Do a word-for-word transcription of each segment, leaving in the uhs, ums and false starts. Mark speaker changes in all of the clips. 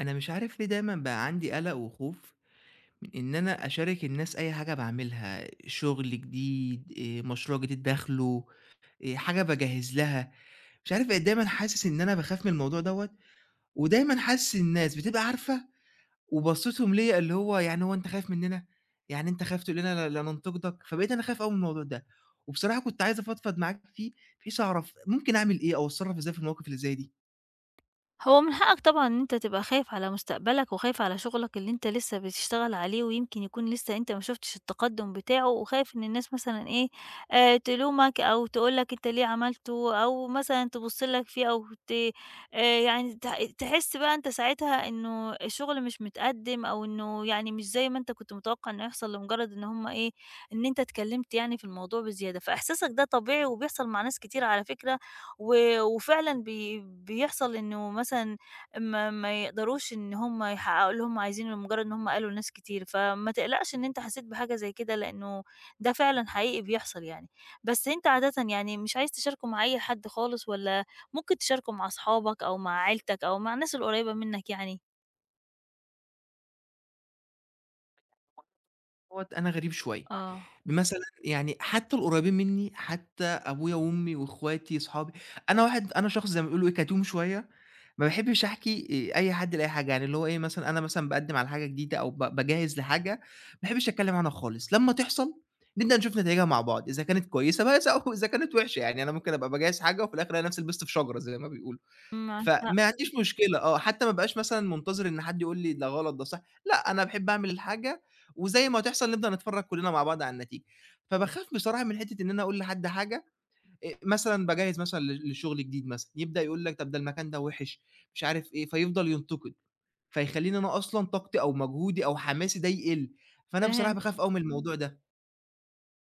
Speaker 1: أنا مش عارف ليه دايمًا بقى عندي قلق وخوف من إن أنا أشارك الناس أي حاجة باعملها، شغل جديد، آآ مشروع جديد داخله، آآ حاجة باجهّز لها، مش عارف بقيت دايمًا حاسس إن أنا باخاف من الموضوع دوّة، ودايمًا حاسس الناس بتبقى عارفة وبصّتهم ليّا اللي هو يعني "هو أنت خايف مننا؟ يعني أنت خايف تقول لنا لا لا ننتقدك؟" فبقيت أنا خايف أوي من الموضوع ده، وبصراحة كنت عايز أفضفض معاك فيه بحيث أعرف ممكن أعمل إيه أو أتصرّف إزاي في المواقف اللي زي دي؟
Speaker 2: هو من حقك طبعًا إن أنت تبقى خايف على مستقبلك، وخايف على شغلك اللي أنت لسه بتشتغل عليه، ويمكن يكون لسه أنت ما شُفتش التقدُّم بتاعه، وخايف إن الناس مثلًا إيه، آآ تلومك أو تقول لك أنت ليه عملته، أو مثلًا تبُص لك فيه أو ت آآ يعني ت تحس بقى أنت ساعتها إنه الشغل مش متقدِّم أو إنه يعني مش زي ما أنت كنت متوقع إنه يحصل لمجرد إن هم إيه، إن أنت اتكلّمت يعني في الموضوع بزيادة، فإحساسك ده طبيعي وبيحصل مع ناس كتير على فكرة و وفعلًا بي بيحصل إنه مثلًا ما ما يقدروش إن هم يحققوا اللي هم عايزينه لمجرد إن هم قالوا لناس كتير، فما تقلقش إن أنت حسيت بحاجة زي كده لإنه ده فعلًا حقيقي بيحصل يعني. بس أنت عادةً يعني مش عايز تشاركه مع أي حد خالص والّا ممكن تشاركه مع أصحابك أو مع عيلتك أو مع الناس القريبة منك يعني؟
Speaker 1: دوّة أنا غريب شوية.
Speaker 2: آه،
Speaker 1: مثلًا يعني حتى القريبين منّي، حتى أبويا وأمي وأخواتي، صحابي، أنا واحد أنا شخص زي ما بيقولوا إيه كتوم شوية، ما باحبش أحكي آآ أي حد لأي حاجة، يعني اللي هو إيه مثلًا أنا مثلًا باقدّم على حاجة جديدة أو ب باجهّز لحاجة، ما باحبش أتكلّم عنها خالص، لمّا تحصل نبدأ نشوف نتايجها مع بعض، إذا كانت كويسة بس أو إذا كانت وحشة، يعني أنا ممكن أبقى باجهّز حاجة وفي الآخر ألاقي نفسي لبست في شجرة زي ما بيقولوا.
Speaker 2: معاك حق،
Speaker 1: فما عنديش مشكلة آه، حتى ما ابقاش مثلًا منتظر إن حد يقول لي ده غلط، ده صح، لأ، أنا باحب أعمل الحاجة وزي ما هتحصل نبدأ نتفرّج كلّنا مع بعض على النتيجة. فباخاف بصراحة من حتّة إن أنا أقول لحد حاجة، آآ مثلًا باجهّز مثلًا ل لشغل جديد مثلًا، يبدأ يقول لك طب ده المكان ده وِحِش، مش عارف إيه، فيفضل ينتقد، فيخلّيني أنا أصلًا طاقتي أو مجهودي أو حماسي ده يقِل، فأنا بصراحة
Speaker 2: فهمت.
Speaker 1: باخاف أوي من الموضوع ده.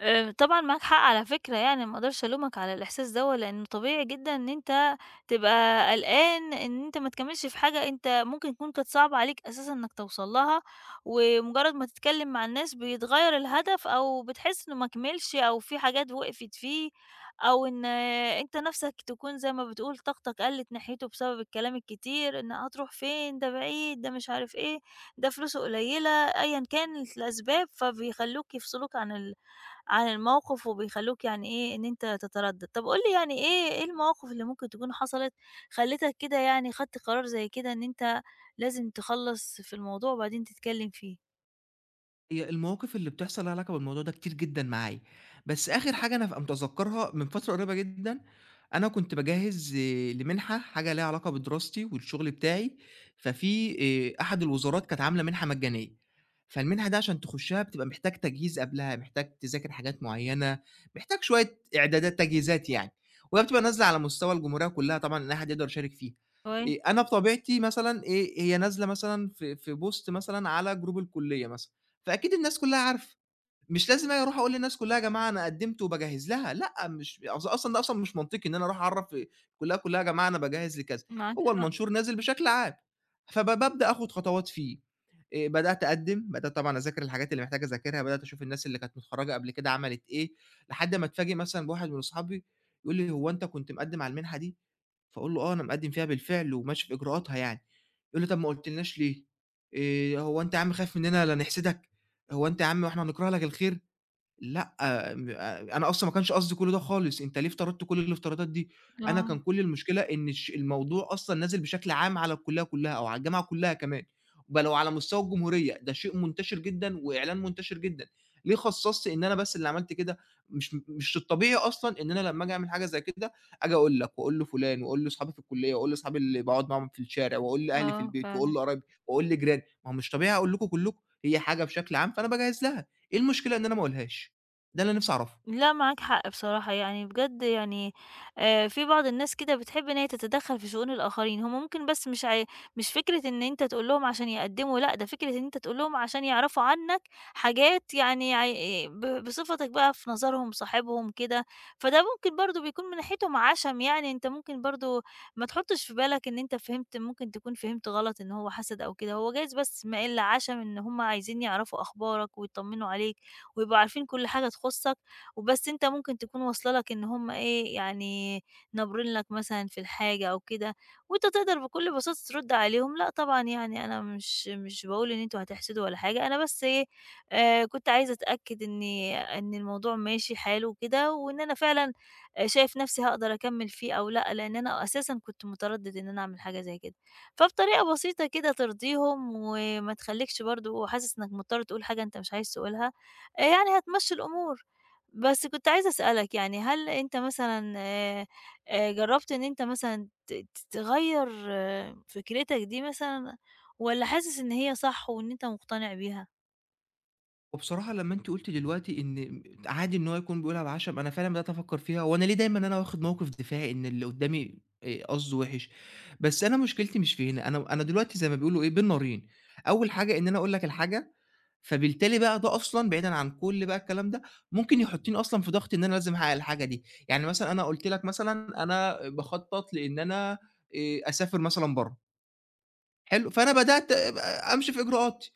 Speaker 2: آآ، طبعًا معاك حق على فكرة يعني، ما اقدرش ألومك على الإحساس دوّة، لإنه طبيعي جدًا إن أنت تبقى قلقان إن أنت ما تكمّلش في حاجة أنت ممكن تكون كانت صعبة عليك أساسًا إنك توصل لها، ومجرد ما تتكلم مع الناس بيتغيّر الهدف، أو بتحس إنه ما كملش أو في حاجات وقفت فيه، أو إن آه، أنت نَفْسك تكون زي ما بتقول طاقتك قلّت ناحيته بسبب الكلام الكتير، إن هتروح فين، ده بعيد، ده مش عارف إيه، ده فلوسه قليلة، أيًا كانت الأسباب، فبيخلّوك يفصلوك عن ال عن الموقف وبيخلّوك يعني إيه، إن أنت تتردّد. طب قُل لي يعني إيه إيه المواقف اللي ممكن تكون حصلت خلّتك كده يعني خدت قرار زي كده إن أنت لازم تخلّص في الموضوع وبعدين تتكلّم فيه؟
Speaker 1: هي المواقف اللي بتحصل ليها علاقة بالموضوع ده كتير جدًا معايا، بس آخر حاجة أنا أبقى متذكرها من فترة قريبة جدًا، أنا كنت باجهّز لمنحة حاجة ليها علاقة بدراستي والشغل بتاعي، ففي آآ أحد الوزارات كانت عاملة منحة مجانية، فالمنحة دي عشان تخشها بتبقى محتاج تجهيز قبلها، محتاج تذاكر حاجات معيّنة، محتاج شوية إعدادات تجهيزات يعني، وهي بتبقى نازلة على مستوى الجمهورية كلّها طبعًا إن أي حد يقدر يشارك فيها،
Speaker 2: كويس،
Speaker 1: آآ أنا بطبيعتي مثلًا آآ هي نازلة مثلًا في في بوست مثلًا على جروب الكلية مثلًا. فأكيد الناس كلّها عارفة، مش لازم أنا أروح أقول للناس كلّها يا جماعة أنا قدّمت وباجهّز لها، لأ مش أص أصلًا ده أصلًا مش منطقي إن أنا أروح أعرّف الكلّية كلّها يا جماعة أنا باجهّز لكذا،
Speaker 2: معاك
Speaker 1: هو
Speaker 2: حق،
Speaker 1: المنشور نازل بشكل عام، فب بابدأ آخُد خطوات فيه، آآ بدأت أقدّم، بدأت طبعًا أذاكر الحاجات اللي محتاج أذاكرها، بدأت أشوف الناس اللي كانت متخرّجة قبل كده عملت إيه، لحد ما أتفاجئ مثلًا بواحد من أصحابي يقول لي: "هو أنت كنت مقدّم على المنحة دي؟" فاقول له: "آه، أنا مقدّم فيها بالفعل وماشي في إجراءاتها يعني." يقول لي: "طب ما قُلتلناش ليه؟ آآ هو أنت يا عم خايف مننا لا نحسدك؟ هو أنت يا عم إحنا هنكره لك الخير؟" لأ، م أنا أصلًا ما كانش قصدي كل ده خالص، أنت ليه افترضت كل الافتراضات دي؟ أنا كان
Speaker 2: آه،
Speaker 1: كل المشكلة إن الش الموضوع أصلًا نازل بشكل عام على الكلية كلها أو على الجامعة كلها كمان، بل وعلى مستوى الجمهورية، ده شيء منتشر جدًا وإعلان منتشر جدًا، ليه خصصت إن أنا بس اللي عملت كده؟ مش مش الطبيعي أصلًا إن أنا لمّا آجي أعمل حاجة زي كده، آجي أقول لك وأقول لفلان وأقول لأصحابي في الكلية وأقول لأصحابي اللي باقعد معاهم في الشارع وأقول لأهلي في
Speaker 2: آه، ف
Speaker 1: البيت وأقول لقرايبي وأقول لجيراني، ما هو مش طبيعي أقول لكم كلكم، هي حاجة بشكل عام فأنا باجهز لها، إيه المشكلة إن أنا ما أقولهاش؟ ده اللي أنا نفسي أعرفه.
Speaker 2: لأ، معاك حق بصراحة، يعني بجد يعني، آآ، في بعض الناس كده بتحب إن هي تتدخّل في شؤون الآخرين، هم ممكن بس مش عاي مش فكرة إن أنت تقول لهم عشان يقدّموا، لأ، ده فكرة إن أنت تقول لهم عشان يعرفوا عنك حاجات يعني عي ب بصفتك بقى في نظرهم صاحبهم كده، فده ممكن برضه بيكون من ناحيتهم عَشَم يعني، أنت ممكن برضه ما تحطّش في بالك إن أنت فهمت ممكن تكون فهمت غلط إن هو حَسَد أو كده، هو جايز بس مايل لعَشَم إن هم عايزين يعرفوا أخبارك ويطمنوا عليك ويبقوا عارفين كل حاجة تخُصّك. وبس أنت ممكن تكون واصلة لك إن هم إيه، يعني نابرين لك مثلًا في الحاجة أو كده، وأنت تقدر بكل بساطة ترد عليهم، لأ طبعًا يعني أنا مش مش باقول إن أنتم هتحسدوا ولا حاجة، أنا بس إيه، آآ كنت عايزة أتأكد إن إن الموضوع ماشي حاله وكده، وإن أنا فعلًا آآ شايف نفسي هاقدر أكمّل فيه أو لأ، لإن أنا أساسًا كنت متردد إن أنا أعمل حاجة زي كده. فبطريقة بسيطة كده ترضيهم وما تخلّيكش برضه حاسس إنك مضطر تقول حاجة أنت مش عايز تقولها، آآ يعني هتمشّي الأمور. بس كنت عايزة أسألك يعني هل أنت مثلًا، آآ، آآ، جرّبت إن أنت مثلًا ت ت تغيّر آه، فكرتك دي مثلًا والّا حاسس إن هي صح وإن أنت مقتنع بيها؟
Speaker 1: وبصراحة لمّا أنتِ قُلتِ دلوقتي إن عادي إن هو يكون بيقولها بعشم، أنا فعلًا بدأت أفكّر فيها، هو أنا ليه دايمًا أنا واخد موقِف دفاعي إن اللي قُدّامي آآ قصده وِحِش؟ بس أنا مشكلتي مش في هنا، أنا أنا دلوقتي زي ما بيقولوا إيه، بين نارين، أول حاجة إن أنا أقول لك الحاجة، فبالتالي بقى ده أصلًا بعيدًا عن كل بقى الكلام ده، ممكن يحُطّني أصلًا في ضغط إن أنا لازم أحقق الحاجة دي. يعني مثلًا أنا قُلت لك مثلًا أنا باخطّط لإن أنا آآ أسافر مثلًا برّه، حلو، فأنا بدأت أمشي في إجراءاتي.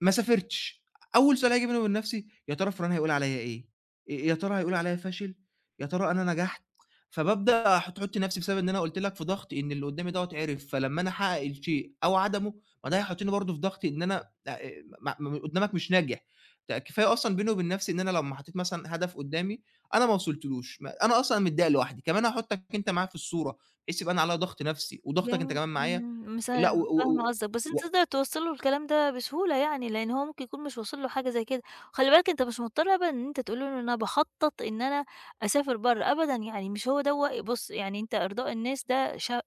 Speaker 1: ما سافرتش، أول سؤال هييجي بيني وبين نفسي يا ترى فُلان هيقول عليَّ إيه، يا ترى هيقول عليَّ فاشل، يا ترى أنا نجحت، فبابدأ أحط أحُط نفسي بسبب إن أنا قُلت لك في ضغط إن اللي قُدّامي دوّة عِرِف، فلمّا أنا أحقق الشيء أو عدمه، ما ده هيحطّني برضه في ضغط إن أنا آآ، ما ما اللي قُدّامك مش ناجح، ده كفاية أصلًا بيني وبين نفسي إن أنا لمّا حطّيت مثلًا هدف قُدّامي أنا ما وصلتلوش، ما أنا أصلًا متضايق لوحدي، كمان هاحطّك أنت معايا في الصورة، بحيث يبقى أنا عليَّ ضغط نفسي وضغطك أنت
Speaker 2: جميل،
Speaker 1: كمان معايا،
Speaker 2: إمم، مس
Speaker 1: لأ و
Speaker 2: فاهمة
Speaker 1: و
Speaker 2: قصدك، بس أنت
Speaker 1: و
Speaker 2: تقدر توصّل له الكلام ده بسهولة يعني، لإن هو ممكن يكون مش واصل له حاجة زي كده، وخلّي بالك أنت مش مضطر أبدًا إن أنت تقول له إن أنا باخطط إن أنا أسافر برّه، أبدًا يعني مش هو دوّة بُص يعني أنت إرضاء الناس ده ش آآ،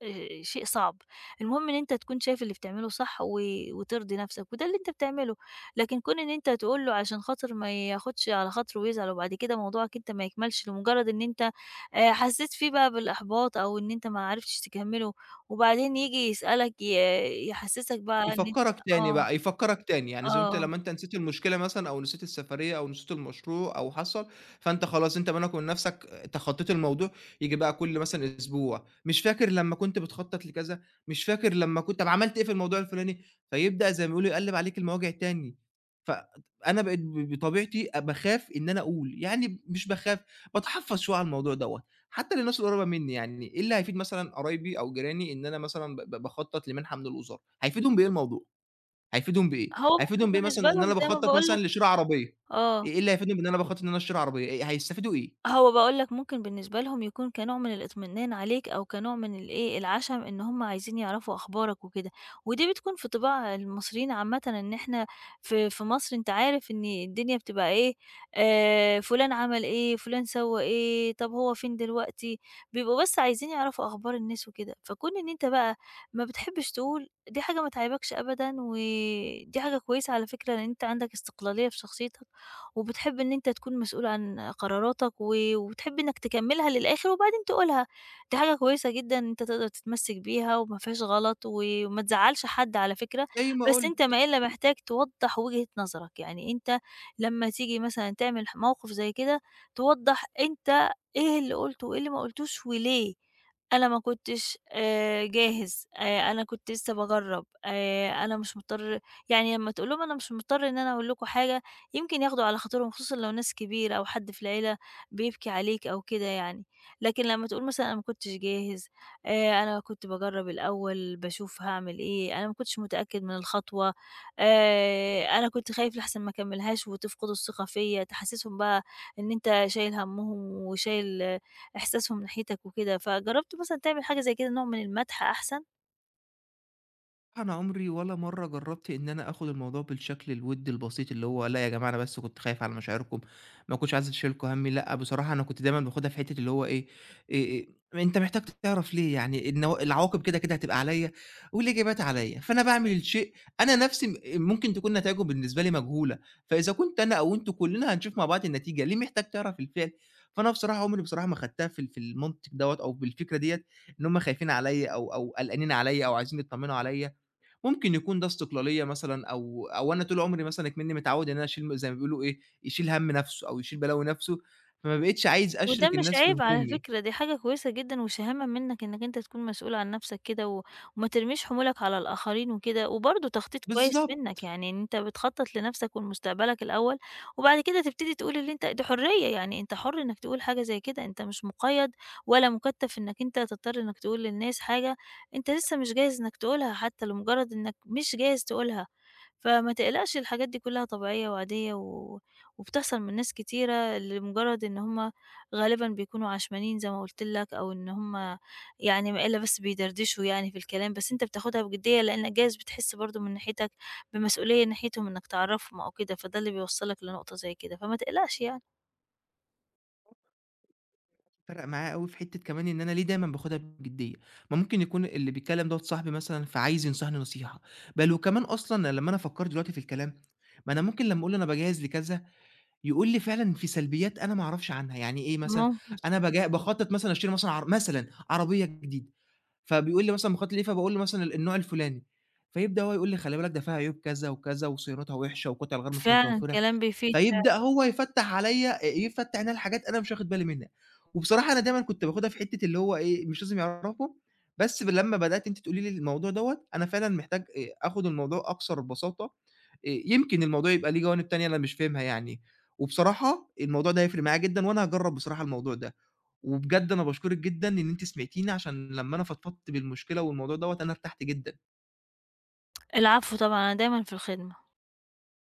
Speaker 2: شيء صعب، المهم إن أنت تكون شايف اللي بتعمله صح و وترضي نَفْسك، وده اللي أنت بتعمله، لكن كون إن أنت تقول له عشان خاطر ما ياخدش على خاطره ويزعل وبعد كده موضوعك أنت ما يكملش لمجرد إن أنت، آآ، حسيت فيه بقى بالإحباط أو إن أنت ما عرفتش تكمّله. وبعدين ييجي يسألك ي يحسسك بقى إن أنت،
Speaker 1: يفكّرك تاني
Speaker 2: آه،
Speaker 1: بقى، يفكّرك تاني، يعني زي أنت
Speaker 2: آه،
Speaker 1: لمّا أنت نسيت المشكلة مثلًا أو نسيت السفرية أو نسيت المشروع أو حصل، فأنت خلاص أنت بينك وبين نَفْسك تخطّيت الموضوع، ييجي بقى كل مثلًا أسبوع، مش فاكر لمّا كنت بتخطّط لكذا، مش فاكر لمّا كنت طَب عملت إيه في الموضوع الفُلاني، فيبدأ زي ما بيقولوا يقلِّب عليك المواجع تاني، ف أنا بقيت ب بطبيعتي أ باخاف إن أنا أقول، يعني مش باخاف، باتحفّظ شوية على الموضوع دوّة. حتى للناس القريبة منّي، يعني إيه اللي هيفيد مثلًا قرايبي أو جيراني إن أنا مثلًا ب ب باخطّط لمنحة من الوزارة، هيفيدهم بإيه الموضوع، هيفيدهم بإيه؟
Speaker 2: هو ممكن
Speaker 1: هيفيدهم بإيه
Speaker 2: بالنسبة
Speaker 1: مثلًا إن
Speaker 2: لهم
Speaker 1: أنا
Speaker 2: زي ما
Speaker 1: باخطّط
Speaker 2: باقول لك،
Speaker 1: مثلًا لشِرا عربية،
Speaker 2: آه،
Speaker 1: إيه اللي هيفيدهم إن أنا باخطّط إن أنا أشتري عربية، إيه هيستفيدوا إيه؟
Speaker 2: هو باقول لك ممكن بالنسبة لهم يكون كنوع من الإطمئنان عليك أو كنوع من الإيه، العَشَم إن هم عايزين يعرفوا أخبارك وكده، ودي بتكون في طباع المصريين عامةً إن إحنا في في مصر أنت عارف إن الدنيا بتبقى إيه، آآ فُلان عمل إيه، فُلان سوّى إيه، طَب هو فين دلوقتي، بيبقوا بس عايزين يعرفوا أخبار الناس وكده، فكون إن أنت بقى ما بتحبّش تقول دي حاجة ما تعيبكش أبدًا، ودي حاجة كويسة على فكرة إن أنت عندك استقلالية في شخصيتك وبتحب إن أنت تكون مسؤول عن قراراتك و وبتحب إنك تكمّلها للآخر وبعدين تقولها، دي حاجة كويسة جدًا إن أنت تقدر تتمسّك بيها وما فيهاش غلط و- وما تزعّلش حد على فكرة،
Speaker 1: زي ما
Speaker 2: بس أنت
Speaker 1: قُلت.
Speaker 2: ما إلّا محتاج توضّح وجهة نظرك، يعني أنت لمّا تيجي مثلًا تعمل ح موقف زي كده توضّح أنت إيه اللي قُلته وإيه اللي ما قُلتوش وليه، أنا ما كنتش آآ جاهز، آآ أنا كنت لسّه باجرّب، آآ أنا مش مضطر يعني لمّا تقول لهم أنا مش مضطر إن أنا أقول لكم حاجة يمكن ياخدوا على خاطرهم، خصوصًا لو ناس كبيرة أو حد في العيلة بيبكي عليك أو كده يعني. لكن لمّا تقول مثلًا أنا ما كنتش جاهز، آآ أنا كنت باجرّب الأول، باشوف هاعمل إيه، أنا ما كنتش متأكد من الخطوة، آآ أنا كنت خايف لأحسن ما أكمّلهاش وتفقدوا الثقة فيّا، تحسّسهم بقى إن أنت شايل هَمّهم وشايل آه، إحساسهم ناحيتك وكده، فجرّبت مثلًا تعمل حاجة زي كده، نوع من المدح أحسن؟
Speaker 1: أنا عمري ولا مرّة جرّبت إن أنا آخُد الموضوع بالشكل الوِدّي البسيط اللي هو لأ يا جماعة أنا بس كنت خايف على مشاعركم، ما كنتش عايز أشيلكم هَمّي، لأ بصراحة أنا كنت دايمًا باخُدها في حتّة اللي هو إيه، آآ آآ أنت محتاج تعرف ليه، يعني النوا العواقب كده، كده هتبقى عليّا والإجابات عليّا، فأنا باعمل الشيء أنا نَفْسي م ممكن تكون نتايجه بالنسبة لي مجهولة، فإذا كنت أنا أو أنتم كُلّنا هنشوف مع بعض النتيجة، ليه محتاج تعرف الفعل؟ فأنا بصراحة عمري بصراحة ما خدتها في ال في المنطق دوّة أو بالفكرة ديّة إن هم خايفين عليّا أو أو قلقانين عليّا أو عايزين يتطمّنوا عليّا. ممكن يكون ده استقلالية مثلًا أو أو أنا طول عمري مثلًا إكمنّي متعوّد إن أنا أشيل م زي ما بيقولوا إيه، يشيل هَم نَفْسه أو يشيل بلاوي نَفْسه، فما بقيتش عايز
Speaker 2: وده
Speaker 1: أشرِك
Speaker 2: مش
Speaker 1: الناس في
Speaker 2: عيب على
Speaker 1: همومي.
Speaker 2: فكرة، دي حاجة كويسة جدًا وشهامة منّك إنّك أنت تكون مسؤول عن نَفْسك كده و وما ترميش حمولك على الآخرين وكده، وبرضه تخطيط كويس منّك،
Speaker 1: بالضبط.
Speaker 2: يعني إن أنت بتخطّط لنَفْسك ولمستقبلك الأول، وبعد كده تبتدي تقول اللي أنت دي حرية، يعني أنت حُر إنّك تقول حاجة زي كده، أنت مش مُقيّد ولا مُكتّف إنّك أنت تضطر إنّك تقول للناس حاجة أنت لسه مش جاهز إنّك تقولها حتّى لمُجرّد إنّك مش جاهز تقولها، فما تقلقش الحاجات دي كُلّها طبيعية وعادية و وبتحصل من ناس كتيرة لمُجرّد إن هُم غالبًا بيكونوا عشمانين زي ما قُلت لك، أو إن هُم يعني ما إلا بس بيدردشوا يعني في الكلام، بس أنت بتاخدها بجدية لإنك جايز بتحس برضه من ناحيتك بمسؤولية ناحيتهم إنك تعرّفهم أو كده، فده اللي بيوصّلك لنقطة زي كده، فما تقلقش يعني،
Speaker 1: فرَق معايا أوي في حتّة كمان إن أنا ليه دايمًا باخُدها بجدّية، ما ممكن يكون اللي بيتكلّم دوّة صاحبي مثلًا فعايز ينصحني نصيحة، بل وكمان أصلًا لمّا أنا فكّرت دلوقتي في الكلام، ما أنا ممكن لمّا أقول له أنا باجهّز لكذا يقول لي فعلًا في سلبيات أنا ما أعرفش عنها، يعني إيه مثلًا،
Speaker 2: ممكن،
Speaker 1: أنا باجا باخطط مثلًا أشتري مثلًا عر مثلًا عربية جديدة، فبيقول لي مثلًا مخطط لإيه، فباقول له مثلًا ال النوع الفلاني، فيبدأ هو يقول لي خلي بالك ده فيها عيوب كذا وكذا وصيانتها وحشة والقطع الغير مش
Speaker 2: فعلًا
Speaker 1: متوفرة،
Speaker 2: كلام بيفيد.
Speaker 1: فيبدأ هو يفتّح عليَّ آآ، يفتّح عليَّ حاجات أنا مش واخد بالي منها، وبصراحة أنا دايمًا كنت باخدها في حتّة اللي هو إيه، مش لازم يعرفوا، بس ب لمّا بدأتِ أنتِ تقولي لي الموضوع دوّة، أنا فعلًا محتاج آآ، آخد الموضوع أكثر بساطة، آآ، يمكن الموضوع يبقى ليه جوانب تانية أنا مش فاهمها يعني، وبصراحة الموضوع ده هيفرق معايا جدًا، وأنا هاجرّب بصراحة الموضوع ده، وبجد أنا باشكرِك جدًا إن أنتِ سمعتيني، عشان لمّا أنا فضفضت بالمشكلة والموضوع دوّة أنا ارتحت جدًا.
Speaker 2: العفو طبعًا، أنا دايمًا في الخدمة.